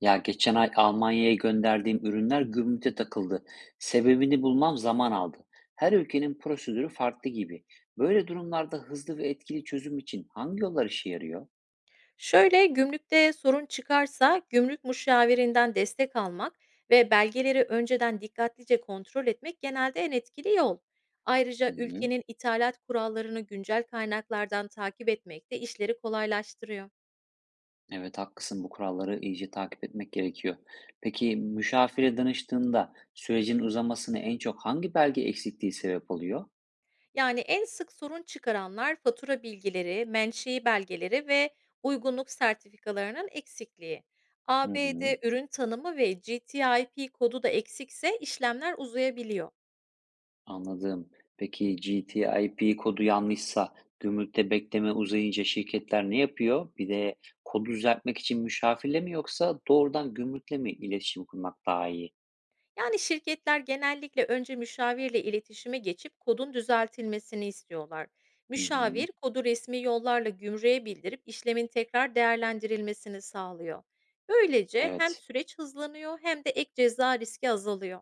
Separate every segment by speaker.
Speaker 1: Ya geçen ay Almanya'ya gönderdiğim ürünler gümrüğe takıldı. Sebebini bulmam zaman aldı. Her ülkenin prosedürü farklı gibi. Böyle durumlarda hızlı ve etkili çözüm için hangi yollar işe yarıyor?
Speaker 2: Şöyle, gümrükte sorun çıkarsa gümrük müşavirinden destek almak ve belgeleri önceden dikkatlice kontrol etmek genelde en etkili yol. Ayrıca
Speaker 1: Hı hı.
Speaker 2: ülkenin ithalat kurallarını güncel kaynaklardan takip etmek de işleri kolaylaştırıyor.
Speaker 1: Evet, haklısın, bu kuralları iyice takip etmek gerekiyor. Peki müşavire danıştığında sürecin uzamasına en çok hangi belge eksikliği sebep oluyor?
Speaker 2: Yani en sık sorun çıkaranlar fatura bilgileri, menşei belgeleri ve uygunluk sertifikalarının eksikliği.
Speaker 1: Hı hı.
Speaker 2: ABD ürün tanımı ve GTIP kodu da eksikse işlemler uzayabiliyor.
Speaker 1: Anladım. Peki GTIP kodu yanlışsa gümrükte bekleme uzayınca şirketler ne yapıyor? Bir de kodu düzeltmek için müşavirle mi yoksa doğrudan gümrükle mi iletişim kurmak daha iyi?
Speaker 2: Yani şirketler genellikle önce müşavirle iletişime geçip kodun düzeltilmesini istiyorlar.
Speaker 1: Hı hı.
Speaker 2: Müşavir kodu resmi yollarla gümrüğe bildirip işlemin tekrar değerlendirilmesini sağlıyor. Böylece hem
Speaker 1: Evet.
Speaker 2: süreç hızlanıyor, hem de ek ceza riski azalıyor.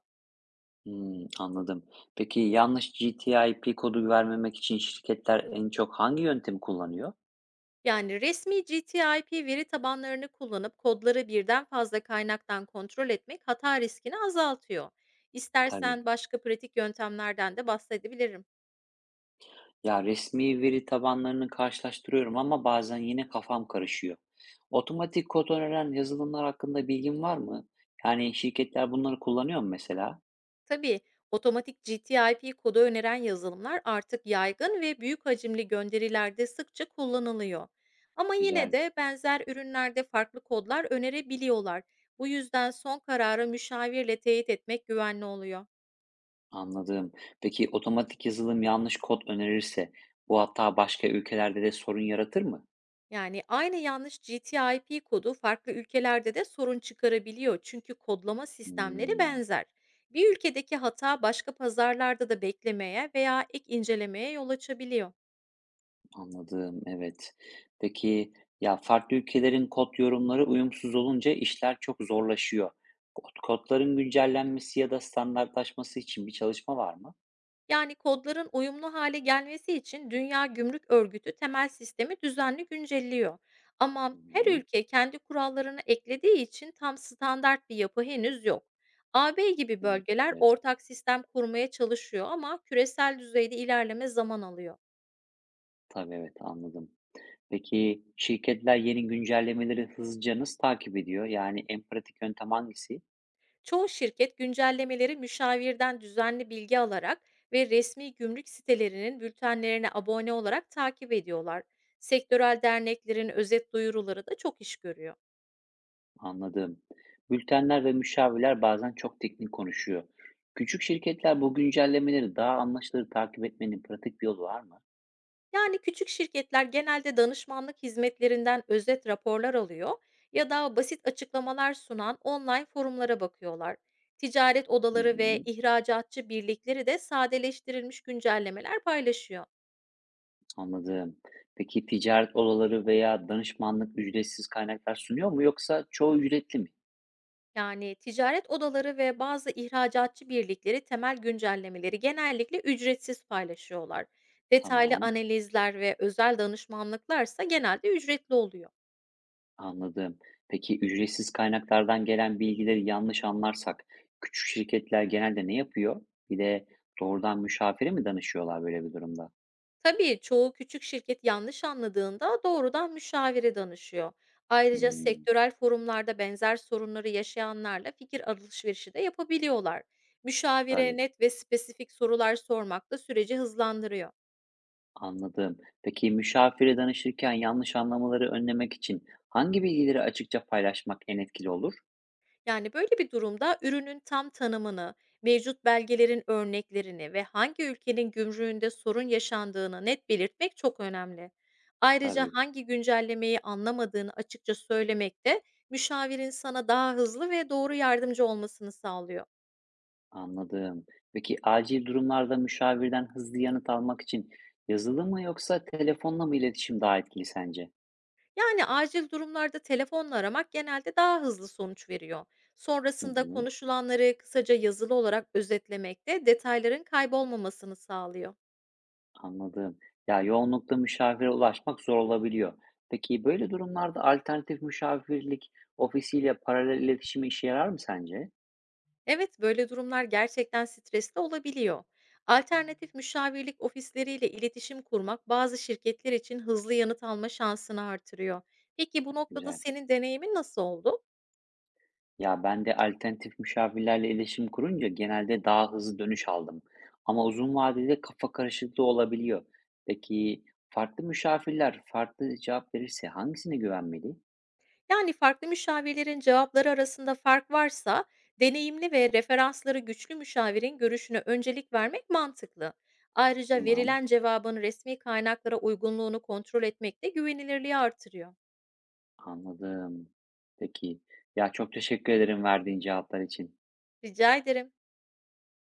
Speaker 1: Hmm, anladım. Peki yanlış GTIP kodu vermemek için şirketler en çok hangi yöntemi kullanıyor?
Speaker 2: Yani resmi GTIP veri tabanlarını kullanıp kodları birden fazla kaynaktan kontrol etmek hata riskini azaltıyor.
Speaker 1: Tabii.
Speaker 2: İstersen başka pratik yöntemlerden de bahsedebilirim.
Speaker 1: Ya resmi veri tabanlarını karşılaştırıyorum ama bazen yine kafam karışıyor. Otomatik kod öneren yazılımlar hakkında bilgin var mı? Yani şirketler bunları kullanıyor mu mesela?
Speaker 2: Tabii, otomatik GTIP kodu öneren yazılımlar artık yaygın ve büyük hacimli gönderilerde sıkça kullanılıyor. Ama yine
Speaker 1: Güzel,
Speaker 2: de benzer ürünlerde farklı kodlar önerebiliyorlar. Bu yüzden son kararı müşavirle teyit etmek güvenli oluyor.
Speaker 1: anladım. Peki otomatik yazılım yanlış kod önerirse bu hatta başka ülkelerde de sorun yaratır mı?
Speaker 2: Yani aynı yanlış GTIP kodu farklı ülkelerde de sorun çıkarabiliyor, çünkü kodlama sistemleri
Speaker 1: Hmm,
Speaker 2: benzer. Bir ülkedeki hata başka pazarlarda da beklemeye veya ek incelemeye yol açabiliyor.
Speaker 1: anladım, evet. Peki ya farklı ülkelerin kod yorumları uyumsuz olunca işler çok zorlaşıyor. Kodların güncellenmesi ya da standartlaşması için bir çalışma var mı?
Speaker 2: Yani kodların uyumlu hale gelmesi için Dünya Gümrük Örgütü temel sistemi düzenli güncelliyor. Ama
Speaker 1: Hı
Speaker 2: her
Speaker 1: hı.
Speaker 2: ülke kendi kurallarını eklediği için tam standart bir yapı henüz yok. AB gibi
Speaker 1: Hıı.
Speaker 2: bölgeler
Speaker 1: Evet.
Speaker 2: ortak sistem kurmaya çalışıyor, ama küresel düzeyde ilerleme zaman alıyor.
Speaker 1: Tabii, evet, anladım. Peki, şirketler yeni güncellemeleri hızlıca nasıl takip ediyor? Yani en pratik yöntem hangisi?
Speaker 2: Çoğu şirket güncellemeleri müşavirden düzenli bilgi alarak ve resmi gümrük sitelerinin bültenlerine abone olarak takip ediyorlar. Sektörel derneklerin özet duyuruları da çok iş görüyor.
Speaker 1: Anladım. Bültenler ve müşavirler bazen çok teknik konuşuyor. Küçük şirketler bu güncellemeleri daha anlaşılır takip etmenin pratik bir yolu var mı?
Speaker 2: Yani küçük şirketler genelde danışmanlık hizmetlerinden özet raporlar alıyor ya da basit açıklamalar sunan online forumlara bakıyorlar. Ticaret
Speaker 1: Hı
Speaker 2: odaları ve
Speaker 1: hı.
Speaker 2: ihracatçı birlikleri de sadeleştirilmiş güncellemeler paylaşıyor.
Speaker 1: Anladım. Peki ticaret odaları veya danışmanlık ücretsiz kaynaklar sunuyor mu yoksa çoğu ücretli mi?
Speaker 2: Yani ticaret odaları ve bazı ihracatçı birlikleri temel güncellemeleri genellikle ücretsiz paylaşıyorlar. Detaylı
Speaker 1: Tamam.
Speaker 2: analizler ve özel danışmanlıklarsa genelde ücretli oluyor.
Speaker 1: Anladım. Peki ücretsiz kaynaklardan gelen bilgileri yanlış anlarsak küçük şirketler genelde ne yapıyor? Bir de doğrudan müşavire mi danışıyorlar böyle bir durumda?
Speaker 2: Tabii, çoğu küçük şirket yanlış anladığında doğrudan müşavire danışıyor. Ayrıca
Speaker 1: Hmm,
Speaker 2: sektörel forumlarda benzer sorunları yaşayanlarla fikir alışverişi de yapabiliyorlar. Müşavire
Speaker 1: tabii,
Speaker 2: net ve spesifik sorular sormak da süreci hızlandırıyor.
Speaker 1: anladım. Peki müşavire danışırken yanlış anlamaları önlemek için hangi bilgileri açıkça paylaşmak en etkili olur?
Speaker 2: Yani böyle bir durumda ürünün tam tanımını, mevcut belgelerin örneklerini ve hangi ülkenin gümrüğünde sorun yaşandığını net belirtmek çok önemli. Ayrıca
Speaker 1: Tabii,
Speaker 2: hangi güncellemeyi anlamadığını açıkça söylemek de müşavirin sana daha hızlı ve doğru yardımcı olmasını sağlıyor.
Speaker 1: anladım. Peki acil durumlarda müşavirden hızlı yanıt almak için yazılı mı yoksa telefonla mı iletişim daha etkili sence?
Speaker 2: Yani acil durumlarda telefonla aramak genelde daha hızlı sonuç veriyor.
Speaker 1: Hı
Speaker 2: Sonrasında
Speaker 1: hı.
Speaker 2: konuşulanları kısaca yazılı olarak özetlemek de detayların kaybolmamasını sağlıyor.
Speaker 1: Anladım. Ya, yoğunlukta müşavire ulaşmak zor olabiliyor. Peki böyle durumlarda alternatif müşavirlik ofisiyle paralel iletişim işe yarar mı sence?
Speaker 2: Evet, böyle durumlar gerçekten stresli olabiliyor. Alternatif müşavirlik ofisleriyle iletişim kurmak bazı şirketler için hızlı yanıt alma şansını artırıyor. Peki, bu noktada
Speaker 1: Güzel.
Speaker 2: senin deneyimin nasıl oldu?
Speaker 1: Ya ben de alternatif müşavirlerle iletişim kurunca genelde daha hızlı dönüş aldım. Ama uzun vadede kafa karışıklığı olabiliyor. Peki farklı müşavirler farklı cevap verirse hangisine güvenmeli?
Speaker 2: Yani farklı müşavirlerin cevapları arasında fark varsa, deneyimli ve referansları güçlü müşavirin görüşüne öncelik vermek mantıklı. Ayrıca
Speaker 1: Tamam,
Speaker 2: verilen cevabın resmi kaynaklara uygunluğunu kontrol etmek de güvenilirliği artırıyor.
Speaker 1: anladım. Peki. Ya çok teşekkür ederim verdiğin cevaplar için.
Speaker 2: Rica ederim.